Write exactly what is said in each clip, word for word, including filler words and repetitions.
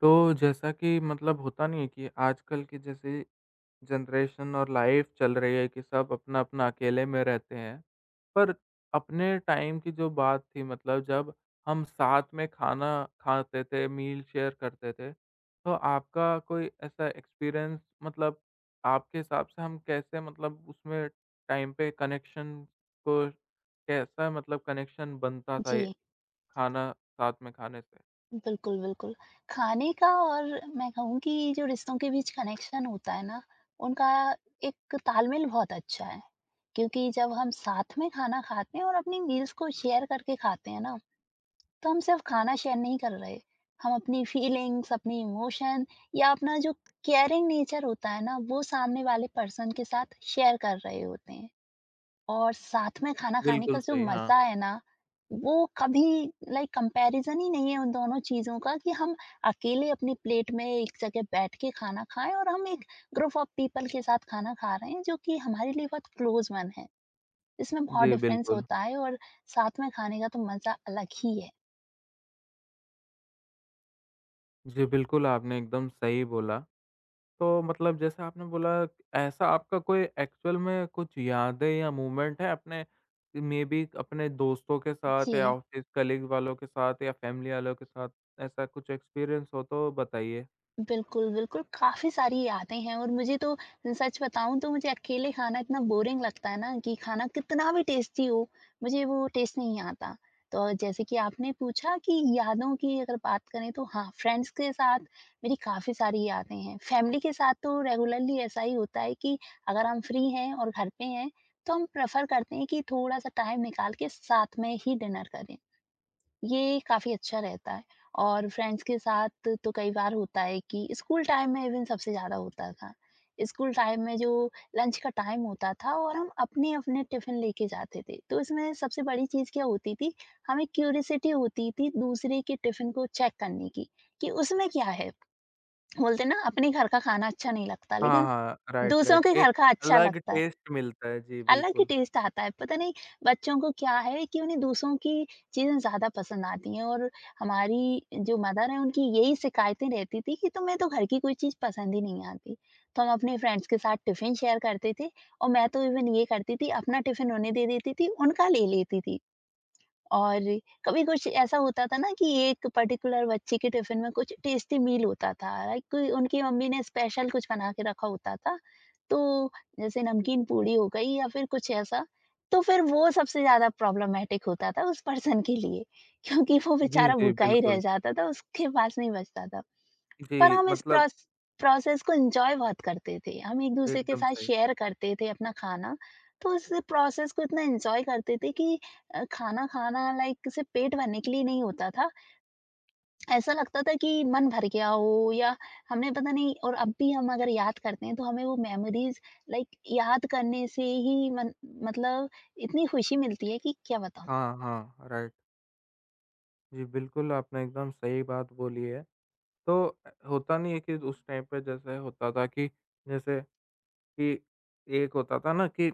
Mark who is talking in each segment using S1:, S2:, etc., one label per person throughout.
S1: तो जैसा कि मतलब होता नहीं है कि आजकल की जैसे जनरेशन और लाइफ चल रही है कि सब अपना-अपना अकेले में रहते हैं। पर अपने टाइम की जो बात थी मतलब जब हम साथ में खाना खाते थे, मील शेयर करते थे, तो आपका कोई ऐसा एक्सपीरियंस मतलब आपके हिसाब से हम कैसे मतलब उसमें टाइम पे कनेक्शन को कैसा मतलब कनेक्शन बनता था ये
S2: जी,
S1: खाना साथ में खाने से?
S2: बिल्कुल, बिल्कुल। खाने का और मैं कहूँ कि जो रिश्तों के बीच कनेक्शन होता है ना, उनका एक तालमेल बहुत अच्छा है। क्योंकि जब हम साथ में खाना खाते हैं और अपनी मील्स को शेयर करके खाते हैं ना, तो हम सिर्फ़ खाना शेयर नहीं कर रहे। हम अपनी फीलिंग्स, अपनी इमोशन या अपना जो केयरिंग नेचर होता है ना, वो सामने वाले पर्सन के साथ शेयर कर रहे होते हैं। और साथ में खाना खाने का
S1: बिल्कुल
S2: जो
S1: सही, हाँ।
S2: मज़ा है ना, वो कभी लाइक कंपैरिज़न ही नहीं है उन दोनों चीज़ों का कि हम अकेले अपनी प्लेट में एक जगह बैठ के खाना खाएँ और हम एक ग्रुप ऑफ पीपल के साथ खाना खा रहे हैं, जो कि हमारे लिए बहुत क्लोज़ वन है। इसमें बहुत
S1: जी,
S2: डिफ़रेंस
S1: बिल्कुल।
S2: होता है और साथ में खाने का तो मज़ा अलग ही है।
S1: जी, बिल्कुल, आपने एकदम सही बोला। तो मतलब जैसे आपने बोला ऐसा आपका कोई एक्चुअल में कुछ यादें या मूवमेंट है अपने मेबी अपने दोस्तों के साथ
S2: जी।
S1: या ऑफ़िस कलीग वालों के साथ या फैमिली वालों के साथ ऐसा कुछ एक्सपीरियंस हो तो बताइए?
S2: बिल्कुल, बिल्कुल, काफ़ी सारी यादें हैं और मुझे तो सच बताऊँ तो मुझे अकेले खाना इतना बोरिंग लगता है ना कि खाना कितना भी टेस्टी हो, मुझे वो टेस्ट नहीं आता। तो जैसे कि आपने पूछा कि यादों की अगर बात करें तो हाँ, फ्रेंड्स के साथ मेरी काफ़ी सारी यादें हैं। फैमिली के साथ तो रेगुलरली ऐसा ही होता है कि अगर हम फ्री हैं और घर पे हैं, तो हम प्रेफ़र करते हैं कि थोड़ा-सा टाइम निकाल के साथ में ही डिनर करें। ये काफ़ी अच्छा रहता है और फ्रेंड्स के साथ तो कई बार होता है कि स्कूल टाइम में इवन सबसे ज़्यादा होता था। स्कूल टाइम में जो लंच का टाइम होता था और हम अपने-अपने टिफ़िन लेके जाते थे। तो इसमें सबसे बड़ी चीज़ क्या होती थी, हमें क्यूरियोसिटी होती थी दूसरे के टिफ़िन को चेक करने की, कि उसमें क्या है? बोलते हैं ना अपने घर का खाना अच्छा नहीं लगता,
S1: हाँ,
S2: लेकिन
S1: हाँ, राइट,
S2: दूसरों
S1: राइट।
S2: के घर
S1: एक
S2: का अच्छा
S1: अलग
S2: लगता है।
S1: टेस्ट मिलता है। जी,
S2: अलग ही
S1: बिल्कुल।
S2: टेस्ट आता है। पता नहीं बच्चों को क्या है कि उन्हें दूसरों की चीज़ें ज़्यादा पसंद आती हैं और हमारी जो मदर हैं उनकी यही शिकायतें रहती थी कि तुम्हें तो घर की कोई चीज़ पसंद ही नहीं आती। तो हम अपने फ्रेंड्स के साथ टिफ़िन शेयर करते थे और मैं तो इवन ये करती थी अपना टिफ़िन उन्हें दे देती थी, उनका ले लेती थी। और कभी कुछ ऐसा होता था ना कि एक पर्टिकुलर बच्चे के टिफिन में कुछ टेस्टी मील होता था लाइक कोई उनकी मम्मी ने स्पेशल कुछ बना के रखा होता था। तो जैसे नमकीन पूड़ी हो गई या फिर कुछ ऐसा। तो फिर वो सबसे ज्यादा प्रॉब्लमेटिक होता था उस पर्सन के लिए क्योंकि वो
S1: जी,
S2: बेचारा
S1: जी,
S2: भूखा ही रह
S1: बिल्कुल।
S2: जाता था, उसके पास नहीं बचता था। पर
S1: जी,
S2: हम इस
S1: मतलब
S2: प्रोस प्रोसेस को एन्जॉय बहुत करते थे। हम एक-दूसरे के
S1: एकदम
S2: साथ
S1: सही।
S2: शेयर करते थे अपना खाना, तो उस प्रोसेस को इतना एन्जॉय करते थे कि अ, खाना खाना लाइक सिर्फ़ पेट भरने के लिए नहीं होता था। ऐसा लगता था कि मन भर गया हो या हमने पता नहीं, और अब भी हम अगर याद करते हैं तो हमें वो मेमोरीज़ लाइक याद करने से ही मन मतलब इतनी खुशी मिलती है कि क्या बताऊँ।
S1: हाँ, हाँ, राइट। जी, बिल्कुल, आपने एकदम सही बात बोली है। तो अ, होता नहीं है कि उस टाइम पे जैसे होता था कि जैसे कि एक होता था ना कि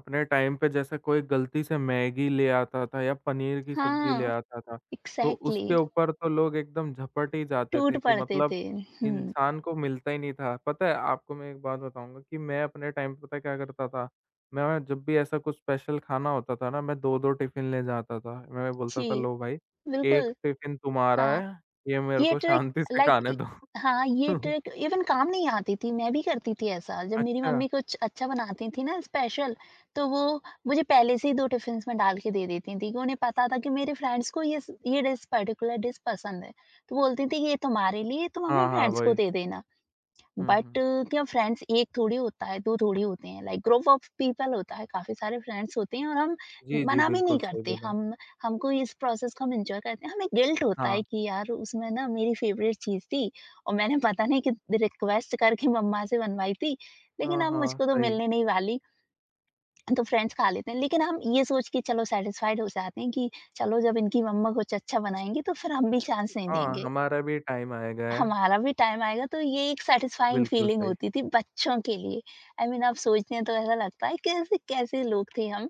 S1: अपने टाइम पे जैसे कोई गलती से मैगी ले आता था या पनीर की सब्जी ले
S2: हाँ,
S1: आता था, तो
S2: एग्ज़ैक्टली,
S1: उसके ऊपर तो लोग एकदम झपट ही जाते
S2: टूट
S1: थे कि
S2: पड़ते
S1: मतलब
S2: थे। हुँ,
S1: इंसान को मिलता ही नहीं था। पता है आपको मैं एक बात बताऊँगा कि मैं अपने टाइम पे पता है क्या करता था? मैं जब भी ऐसा कुछ स्पेशल खाना होता था ना, मैं दो-दो टिफ़िन ले जाता था। मैं
S2: जी,
S1: बोलता था लो भाई, एक
S2: बिल्कुल।
S1: टिफ़िन तुम्हारा
S2: हाँ।
S1: है, ये मेरे
S2: ये
S1: को
S2: ट्रिक
S1: शांति से
S2: लाइक
S1: खाने
S2: इ
S1: दो।
S2: हाँ, ये ट्रिक इवन काम नहीं आती थी, मैं भी करती थी ऐसा। जब मेरी
S1: अच्छा,
S2: मम्मी कुछ अच्छा बनाती थी ना स्पेशल, तो वो मुझे पहले से ही दो टिफ़िन्स में डाल के दे देती थीं कि उन्हें पता था कि मेरे फ्रेंड्स को ये स ये डिश, पर्टिकुलर डिश पसंद है। तो बोलती थीं, "ये तुम्हारे लिए, तुम अपने
S1: हाँ, हाँ,
S2: फ्रेंड्स को
S1: वही।
S2: दे देना।"
S1: हुँ,
S2: बट
S1: हुँ।
S2: क्या फ्रेंड्स एक थोड़ी होता है, दो थोड़ी होते हैं, लाइक ग्रुप ऑफ पीपल होता है, काफ़ी सारे फ्रेंड्स होते हैं और हम
S1: जी, जी,
S2: मना भी नहीं
S1: बिल्कुल सही
S2: करते,
S1: बोला।
S2: हम हमको इस प्रोसेस को हम एन्जॉय करते हैं, हमें गिल्ट होता है
S1: हाँ।
S2: कि यार उसमें ना मेरी फेवरेट चीज़ थी और मैंने पता नहीं कि रिक्वेस्ट करके मम्मा से बनवाई थी, लेकिन
S1: हाँ,
S2: अब
S1: हाँ,
S2: मुझको तो
S1: सही। है।
S2: मिलने नहीं वाली, तो फ्रेंड्स खा लेते हैं। लेकिन हम ये सोच के चलो सैटिस्फाइड हो जाते हैं कि चलो जब इनकी मम्मा कुछ अच्छा बनाएँगी तो फिर हम भी चांस नहीं
S1: हाँ,
S2: देंगे।
S1: हमारा भी टाइम आएगा है।
S2: हमारा भी टाइम आएगा, तो ये एक सैटिस्फाइंग
S1: बिल्कुल
S2: फीलिंग
S1: सही।
S2: होती थी बच्चों के लिए। आई I मीन अब सोचते हैं तो ऐसा लगता है कैसे कैसे लोग थे हम।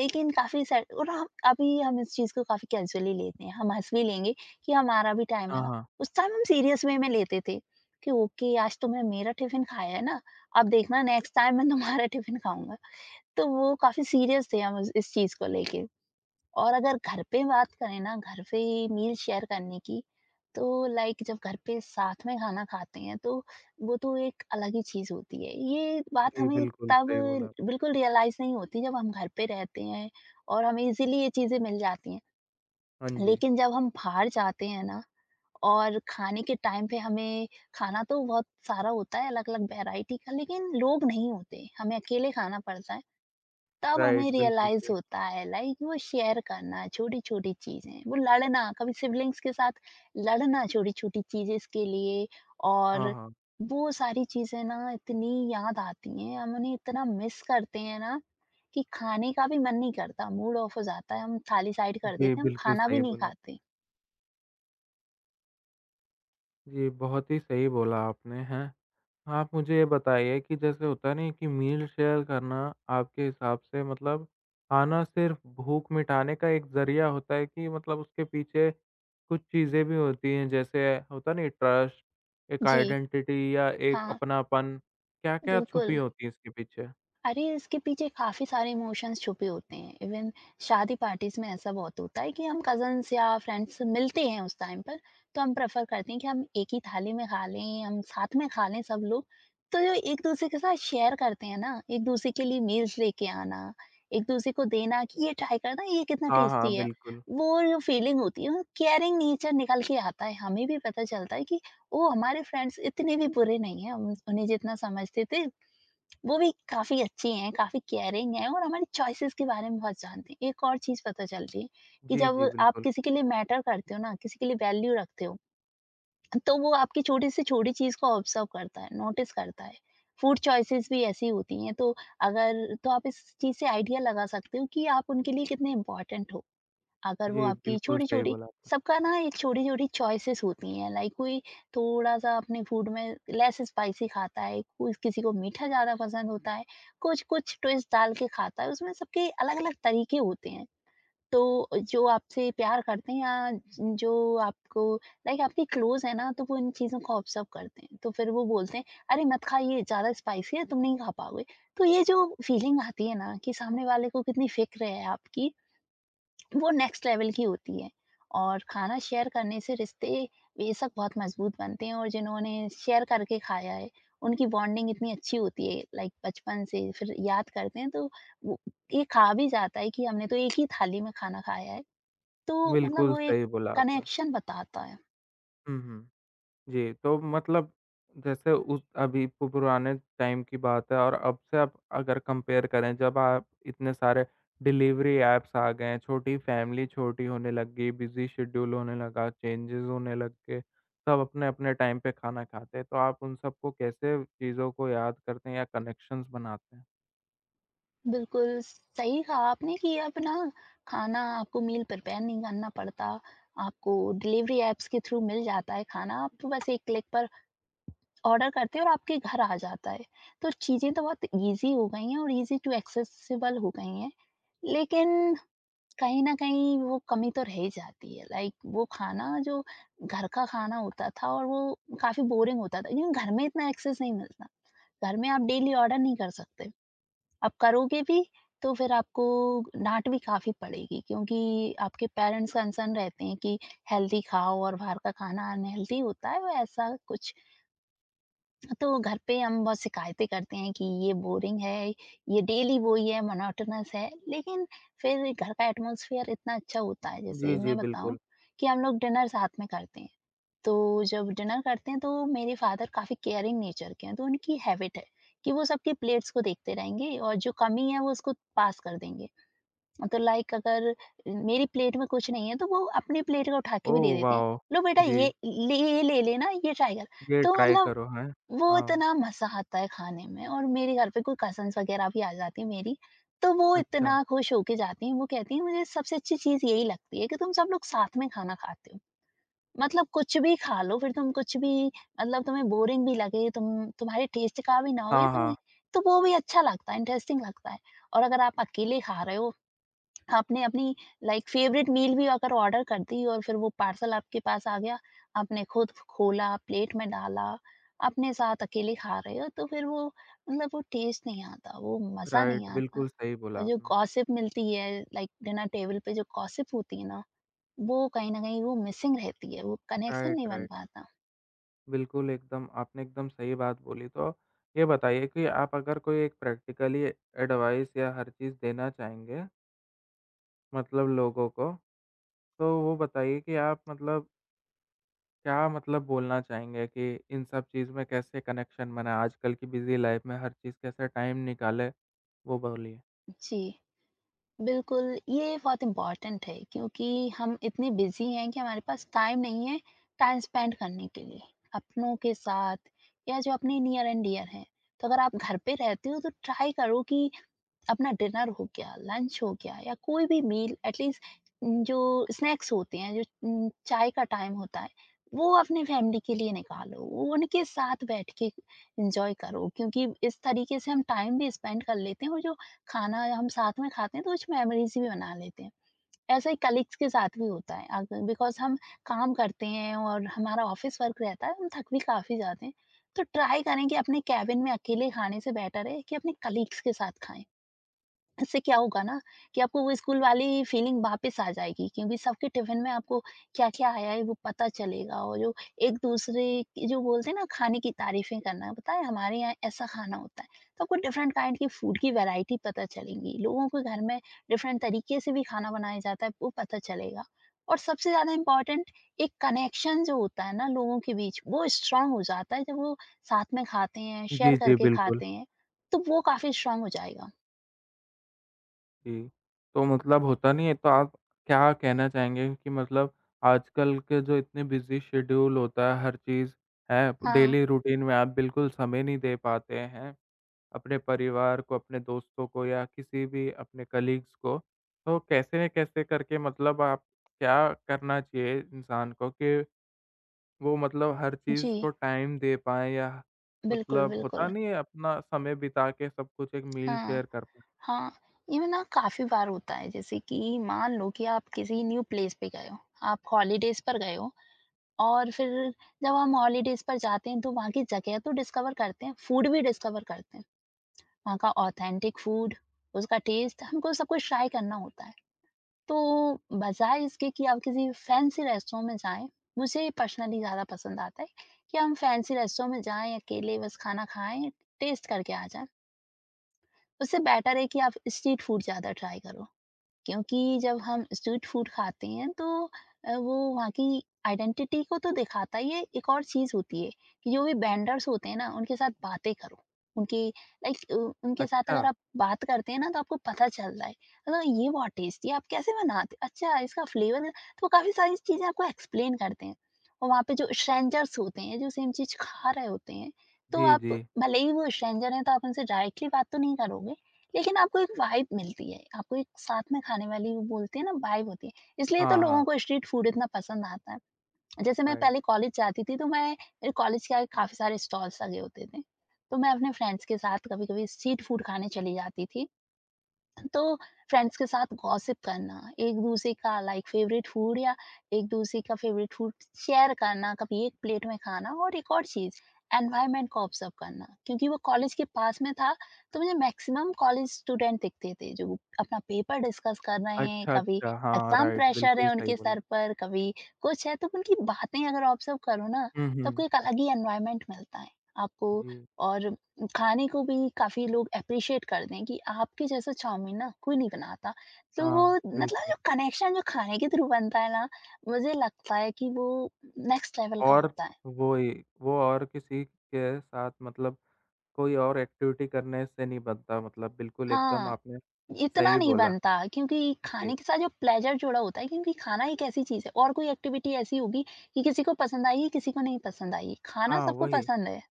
S2: लेकिन काफ़ी सै और हम अभी हम इस चीज़ को काफ़ी कैज़ुअली लेते हैं। हम हँस भी लेंगे कि हमारा भी टाइम
S1: हाँ,
S2: आएगा।
S1: हाँ।
S2: उस टाइम हम सीरियस वे में लेते थे कि ओके, आज तुमने मेरा टिफ़िन खाया है ना, अब देखना नेक्स्ट टाइम मैं तुम्हारा टिफ़िन खाऊँगा। तो वो काफ़ी सीरियस थे हम इस इस चीज़ को लेके। और अगर घर पे बात करें ना, घर पे मील शेयर करने की, तो लाइक जब घर पे साथ में खाना खाते हैं तो वो तो एक अलग ही चीज होती है। ये बात
S1: जी,
S2: हमें
S1: बिल्कुल
S2: तब
S1: सही बोला।
S2: बिल्कुल रियलाइज नहीं होती जब हम घर पे रहते हैं और हमें इजीली ये चीजें मिल जाती हैं।
S1: हाँ जी।
S2: लेकिन जब हम बाहर जाते हैं ना, और खाने के टाइम पे हमें खाना तो बहुत सारा होता है अलग अलग वैरायटी का, लेकिन लोग नहीं होते, हमें अकेले खाना पड़ता है, तब हमें
S1: राइट, बिल्कुल
S2: रियलाइज
S1: सही।
S2: होता है लाइक वो शेयर करना, छोटी-छोटी चीज़ें, वो लड़ना कभी सिबलिंग्स के साथ, लड़ना छोटी-छोटी चीज़ें इसके लिए।
S1: हाँ,
S2: और
S1: हाँ।
S2: वो सारी चीज़ें ना इतनी याद आती हैं, हम उन्हें इतना मिस करते हैं ना कि खाने का भी मन नहीं करता, मूड ऑफ हो जाता है, हम थाली साइड कर
S1: जी,
S2: देते हैं, हम
S1: बिल्कुल
S2: खाना भी
S1: सही
S2: नहीं
S1: बोला।
S2: खाते।
S1: जी, बहुत ही सही बोला आपने, हैं। आप मुझे ये बताइए कि जैसे होता नहीं है कि मील शेयर करना आपके हिसाब से मतलब खाना सिर्फ़ भूख मिटाने का एक ज़रिया होता है कि मतलब उसके पीछे कुछ चीज़ें भी होती हैं, जैसे होता नहीं ट्रस्ट, एक
S2: जी,
S1: आइडेंटिटी या एक
S2: हाँ,
S1: अपनापन, क्या-क्या छुपी
S2: बिल्कुल।
S1: होती है इसके पीछे?
S2: अरे, इसके पीछे काफ़ी सारे इमोशंस छुपे होते हैं। इवन शादी पार्टीज में ऐसा बहुत होता है कि हम कजन्स या फ्रेंड्स मिलते हैं उस टाइम पर। तो हम प्रेफर करते हैं कि हम एक ही थाली में खा लें, हम साथ में खा लें सब लोग। तो जो एक दूसरे के साथ शेयर करते हैं ना, एक दूसरे के लिए मील्स लेके आना, एक दूसरे को देना कि ये ट्राई करना ये कितना
S1: हाँ, हाँ,
S2: टेस्टी है,
S1: बिल्कुल।
S2: वो जो फीलिंग होती है, वो केयरिंग नेचर निकल के आता है, हमें भी पता चलता है कि ओ, हमारे फ्रेंड्स इतने भी बुरे नहीं है हम उन्हें जितना समझते थे, वो भी काफ़ी अच्छी हैं, काफ़ी केयरिंग हैं और हमारी चॉइसेस के बारे में बहुत जानती हैं। एक और चीज़ पता चलती है कि
S1: जी,
S2: जब
S1: जी,
S2: आप
S1: बिल्कुल।
S2: किसी के लिए मैटर करते हो ना, किसी के लिए वैल्यू रखते हो, तो वो आपकी छोटी से छोटी चीज़ को ऑब्ज़र्व करता है, नोटिस करता है। फूड चॉइसेस भी ऐसी होती हैं, तो अगर तो आप इस चीज़ से आइडिया लगा सकते हो कि आप उनके लिए कितने इम्पोर्टेंट हो। अगर वो
S1: जी,
S2: आपकी
S1: बिल्कुल सही
S2: छोटी-छोटी,
S1: बोला आपने।
S2: सबका ना एक छोटी-छोटी चॉइसेस होती हैं, लाइक कोई थोड़ा-सा अपने फूड में लेस स्पाइसी खाता है, कोई किसी को मीठा ज़्यादा पसंद होता है, कुछ कुछ ट्विस्ट डाल के खाता है, उसमें सबके अलग-अलग तरीके होते हैं। तो जो आपसे प्यार करते हैं या जो आपको लाइक आपके क्लोज़ है ना, तो वो इन चीज़ों को ऑब्ज़र्व करते हैं। तो फिर वो बोलते हैं, "अरे मत खा ये ज़्यादा स्पाइसी है, तुम नहीं खा पाओगे।" तो ये जो फीलिंग आती है ना कि सामने वाले को कितनी फ़िक्र है आपकी, वो नेक्स्ट लेवल की होती है। और खाना शेयर करने से रिश्ते बेशक बहुत मजबूत बनते हैं, और जिन्होंने शेयर करके खाया है उनकी बॉन्डिंग इतनी अच्छी होती है लाइक बचपन से फिर याद करते हैं तो वो ये खा भी जाता है कि हमने तो एक ही थाली में खाना खाया है, तो मतलब
S1: बिल्कुल
S2: वो एक
S1: सही बोला आपने।
S2: कनेक्शन बताता है।
S1: हुँ, हुँ। जी, तो मतलब जैसे उस अभी पु पुराने टाइम की बात है और अब से आप अगर कंपेयर करें जब आप इतने सारे डिलीवरी ऐप्स आ गए हैं, छोटी फैमिली छोटी होने लग गई, बिज़ी शेड्यूल होने लगा, चेंजेज़ होने लग गए, सब अपने-अपने टाइम पे खाना खाते हैं, तो आप उन सबको कैसे चीज़ों को याद करते हैं या कनेक्शंस बनाते हैं?
S2: बिल्कुल सही कहा आपने कि अब ना, खाना आपको मील प्रिपेयर नहीं करना पड़ता, आपको डिलीवरी एप्स के थ्रू मिल जाता है खाना, आप तो बस एक क्लिक पर ऑर्डर करते हैं और आपके घर आ जाता है। तो चीज़ें तो बहुत ईज़ी हो गई हैं और ईज़ी टू एक्सेसिबल हो गई हैं। लेकिन कहीं न कहीं वो कमी तो रह ही जाती है। लाइक वो खाना जो घर का खाना होता था और वो काफ़ी बोरिंग होता था क्योंकि घर में इतना एक्सेस नहीं मिलता। घर में आप डेली ऑर्डर नहीं कर सकते। आप करोगे भी तो फिर आपको डाँट भी काफ़ी पड़ेगी, क्योंकि आपके पेरेंट्स कंसर्न रहते हैं कि हेल्दी खाओ और बाहर का खाना अनहेल्दी होता है, वो ऐसा कुछ। तो घर पे हम बहुत शिकायतें करते हैं कि ये बोरिंग है, ये डेली वही है, मोनोटोनस है, लेकिन फिर घर का एटमॉस्फेयर इतना अच्छा होता है, जैसे
S1: जी, जी,
S2: मैं बताऊँ
S1: बिल्कुल।
S2: कि हम लोग डिनर साथ में करते हैं। तो जब डिनर करते हैं तो मेरे फादर काफ़ी केयरिंग नेचर के हैं, तो उनकी हैबिट है कि वो सबकी प्लेट्स को देखते रहेंगे और जो कमी है वो उसको पास कर देंगे। तो लाइक अगर मेरी प्लेट में कुछ नहीं है तो वो अपनी प्लेट को उठा के भी
S1: ओह
S2: दे देते हैं।
S1: वाओ!
S2: लो बेटा,
S1: जी,
S2: ये ले, ये ले लेना, ये ट्राई कर।
S1: ये
S2: तो
S1: ट्राई
S2: मतलब
S1: करो, हैं?
S2: वो
S1: हाँ,
S2: इतना मज़ा आता है खाने में और मेरे घर पे कोई कज़िन्स वग़ैरह भी आ जाती हैं मेरी, तो वो
S1: अच्छा।
S2: इतना खुश होके जाती हैं, वो कहती हैं मुझे सबसे अच्छी चीज़ यही लगती है कि तुम सब लोग साथ में खाना खाते हो। मतलब कुछ भी खा लो फिर तुम कुछ भी मतलब तुम्हें बोरिंग भी लगे, तुम तुम्हारे टेस्ट का भी ना हो ये
S1: हाँ,
S2: तुम्हें,
S1: हाँ,
S2: तो वो भी अच्छा लगता है, इंटरेस्टिंग लगता है। और अगर आप अकेले खा रहे हो, आपने अपनी लाइक फेवरेट मील भी अगर ऑर्डर कर दी और फिर वो पार्सल आपके पास आ गया, आपने खुद खोला, प्लेट में डाला, अपने साथ अकेले खा रहे हो, तो फिर वो मतलब वो टेस्ट नहीं आता, वो मज़ा नहीं
S1: राइट,
S2: आता।
S1: बिल्कुल सही बोला
S2: और जो
S1: आपने।
S2: गॉसिप मिलती है लाइक डिनर टेबल पे जो गॉसिप होती है ना, वो कहीं न कहीं वो मिसिंग रहती है, वो कनेक्शन
S1: राइट,
S2: नहीं बन
S1: राइट।
S2: पाता।
S1: बिल्कुल, एकदम आपने एकदम सही बात बोली। तो ये बताइए कि आप अगर कोई एक प्रैक्टिकली एडवाइस या हर चीज़ देना चाहेंगे मतलब लोगों को, तो वो बताइए कि आप मतलब क्या मतलब बोलना चाहेंगे कि इन सब चीज़ में कैसे कनेक्शन बनाएँ? आजकल की बिज़ी लाइफ़ में हर चीज़ कैसे टाइम निकालें? वो बोलिए।
S2: जी। बिल्कुल, ये बहुत इम्पोर्टेंट है क्योंकि हम इतने बिज़ी हैं कि हमारे पास टाइम नहीं है टाइम स्पेंड करने के लिए, अपनों के साथ या जो अपने नियर एंड डियर हैं। तो अगर आप घर पे रहते हो तो ट्राई करो कि अपना डिनर हो गया, लंच हो गया या कोई भी मील, एटलीस्ट जो स्नैक्स होते हैं, जो उम, चाय का टाइम होता है, वो अपनी फैमिली के लिए निकालो, वो उनके साथ बैठ के एन्जॉय करो क्योंकि इस तरीके से हम टाइम भी स्पेंड कर लेते हैं और जो खाना हम साथ में खाते हैं, तो कुछ मेमोरीज़ भी बना लेते हैं। ऐसा ही कलीग्स के साथ भी होता है अग बिकॉज़ हम काम करते हैं और हमारा ऑफ़िस वर्क रहता है, हम थक भी काफ़ी जाते हैं। तो ट्राई करें कि अपने केबिन में अकेले खाने से बेटर है कि अपने कलीग्स के साथ खाएँ। इससे क्या होगा ना कि आपको वो स्कूल वाली फीलिंग वापस आ जाएगी क्योंकि सबके टिफिन में आपको क्या-क्या आया है वो पता चलेगा और जो एक-दूसरे की जो बोलते हैं ना, खाने की तारीफ़ें करना, पता है हमारे यहाँ ऐसा खाना होता है। तो आपको डिफरेंट काइंड की फूड की वैराइटी पता चलेंगी। लोगों के घर में डिफरेंट तरीके से भी खाना बनाया जाता है वो पता चलेगा। और सबसे ज़्यादा इम्पोर्टेंट एक कनेक्शन जो होता है ना लोगों के बीच, वो स्ट्रॉन्ग हो जाता है जब वो साथ में खाते हैं, शेयर
S1: जी, जी,
S2: करके
S1: बिल्कुल।
S2: खाते हैं, तो वो काफ़ी स्ट्रॉन्ग हो जाएगा।
S1: जी, तो मतलब होता नहीं है तो आप क्या कहना चाहेंगे कि मतलब आजकल के जो इतने बिज़ी शेड्यूल होता है हर चीज़ है,
S2: हाँ।
S1: डेली रूटीन में आप बिल्कुल समय नहीं दे पाते हैं अपने परिवार को, अपने दोस्तों को या किसी भी अपने कलीग्स को, तो कैसे न कैसे करके मतलब आप क्या करना चाहिए इंसान को कि वो मतलब हर चीज़
S2: जी,
S1: को टाइम दे पाएँ या
S2: बिल्कुल,
S1: मतलब होता
S2: बिल्कुल।
S1: नहीं है अपना समय बिता के सब कुछ एक मील
S2: हाँ,
S1: शेयर कर पाएँ?
S2: हाँ, ये ना काफ़ी बार होता है जैसे कि मान लो कि आप किसी न्यू प्लेस पे गए हो, आप हॉलिडेज़ पर गए हो और फिर जब हम हॉलिडेज़ पर जाते हैं तो वहाँ की जगह तो डिस्कवर करते हैं, फूड भी डिस्कवर करते हैं। वहाँ का ऑथेंटिक फूड, उसका टेस्ट हमको सब कुछ ट्राई करना होता है। तो बजाए इसके कि आप किसी फैंसी रेस्टोरेंट में जाएँ, मुझे पर्सनली ज़्यादा पसंद आता है कि हम फैंसी रेस्टोरेंट में जाएँ, अकेले बस खाना खाएँ, टेस्ट करके आ जाएँ। उससे बेटर है कि आप स्ट्रीट फूड ज़्यादा ट्राई करो क्योंकि जब हम स्ट्रीट फूड खाते हैं तो अ, वो वहाँ की आइडेंटिटी को तो दिखाता ही है, एक और चीज़ होती है कि जो भी वेंडर्स होते हैं ना, उनके साथ बातें करो। उनके लाइक उनके साथ
S1: अच्छा,
S2: अगर आप बात करते हैं ना तो आपको पता चल रहा है मतलब ये बहुत टेस्टी है, आप कैसे बनाते, अच्छा इसका फ्लेवर, तो काफ़ी सारी चीज़ें आपको एक्सप्लेन करते हैं। और वहाँ पे जो स्ट्रेंजर्स होते हैं जो सेम चीज़ खा रहे होते हैं, तो
S1: जी,
S2: आप
S1: जी।
S2: भले ही वो स्ट्रेंजर हैं तो आप उनसे डायरेक्टली बात तो नहीं करोगे, लेकिन आपको एक वाइब मिलती है, आपको एक साथ में खाने वाली वो बोलते हैं ना वाइब होती है, इसलिए तो
S1: हाँ,
S2: लोगों
S1: हाँ,
S2: को स्ट्रीट फूड इतना पसंद आता है। जैसे मैं
S1: राइट।
S2: पहले कॉलेज जाती थी तो मैं, मेरे कॉलेज के आगे काफ़ी सारे स्टॉल्स लगे होते थे, तो मैं अपने फ्रेंड्स के साथ कभी-कभी स्ट्रीट फूड खाने चली जाती थी। तो फ्रेंड्स के साथ गॉसिप करना, एक-दूसरे का लाइक फ़ेवरेट फूड या एक-दूसरे का फ़ेवरेट फूड शेयर करना, कभी एक प्लेट में खाना और एक और चीज़, एनवायरनमेंट को ऑब्ज़र्व करना। क्योंकि वो कॉलेज के पास में था, तो मुझे मैक्सिमम कॉलेज स्टूडेंट दिखते थे, जो अपना पेपर डिस्कस कर रहे हैं,
S1: अच्छा,
S2: कभी
S1: अच्छा, हाँ,
S2: एग्ज़ाम
S1: राइट,
S2: प्रेशर
S1: बिल्कुल
S2: है
S1: सही
S2: उनके
S1: बोला।
S2: सर पर, कभी कुछ है, तो उनकी बातें अगर ऑब्ज़र्व करो ना,
S1: हुँ,
S2: तो आपको
S1: हुँ,
S2: एक अलग ही एनवायरनमेंट मिलता है। आपको
S1: जी,
S2: और खाने को भी काफ़ी लोग एप्रिशिएट कर दें कि आपके जैसा चाउमीन ना कोई नहीं बनाता। तो वो
S1: हाँ,
S2: मतलब
S1: बिल्कुल
S2: जो कनेक्शन जो खाने के थ्रू बनता है ना, मुझे लगता है कि वो नेक्स्ट लेवल का
S1: और
S2: होता है।
S1: वही वो और किसी के साथ मतलब कोई और एक्टिविटी करने से नहीं बनता मतलब बिल्कुल एकदम
S2: हाँ,
S1: आपने
S2: इतना
S1: सही
S2: नहीं
S1: बोला।
S2: बनता क्योंकि
S1: जी,
S2: खाने के साथ जो प्लेज़र जुड़ा होता है, क्योंकि खाना एक ऐसी चीज़ है और कोई एक्टिविटी ऐसी होगी कि किसी को पसंद आएगी, किसी को नहीं पसंद आएगी। खाना
S1: हाँ,
S2: सबको
S1: वही।
S2: पसंद है,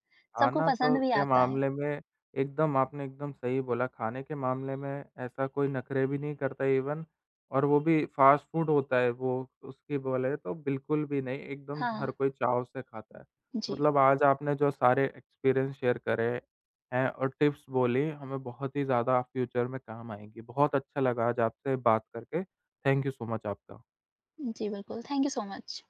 S2: सबको
S1: खाना तो
S2: पसंद भी
S1: के
S2: आता है।
S1: मामले में एकदम आपने एकदम सही बोला, खाने के मामले में ऐसा कोई नखरे भी नहीं करता इवन और वो भी फ़ास्ट फ़ूड होता है वो, उसकी बोले तो बिल्कुल भी नहीं, एकदम
S2: हाँ,
S1: हर कोई चाव से खाता है।
S2: जी।
S1: मतलब आज आपने जो सारे एक्सपीरियंस शेयर करे हैं और टिप्स बोली, हमें बहुत ही ज़्यादा फ्यूचर में काम आएँगी। बहुत अच्छा लगा आज आपसे बात करके। थैंक यू सो मच आपका।
S2: जी, बिल्कुल। Thank you so much.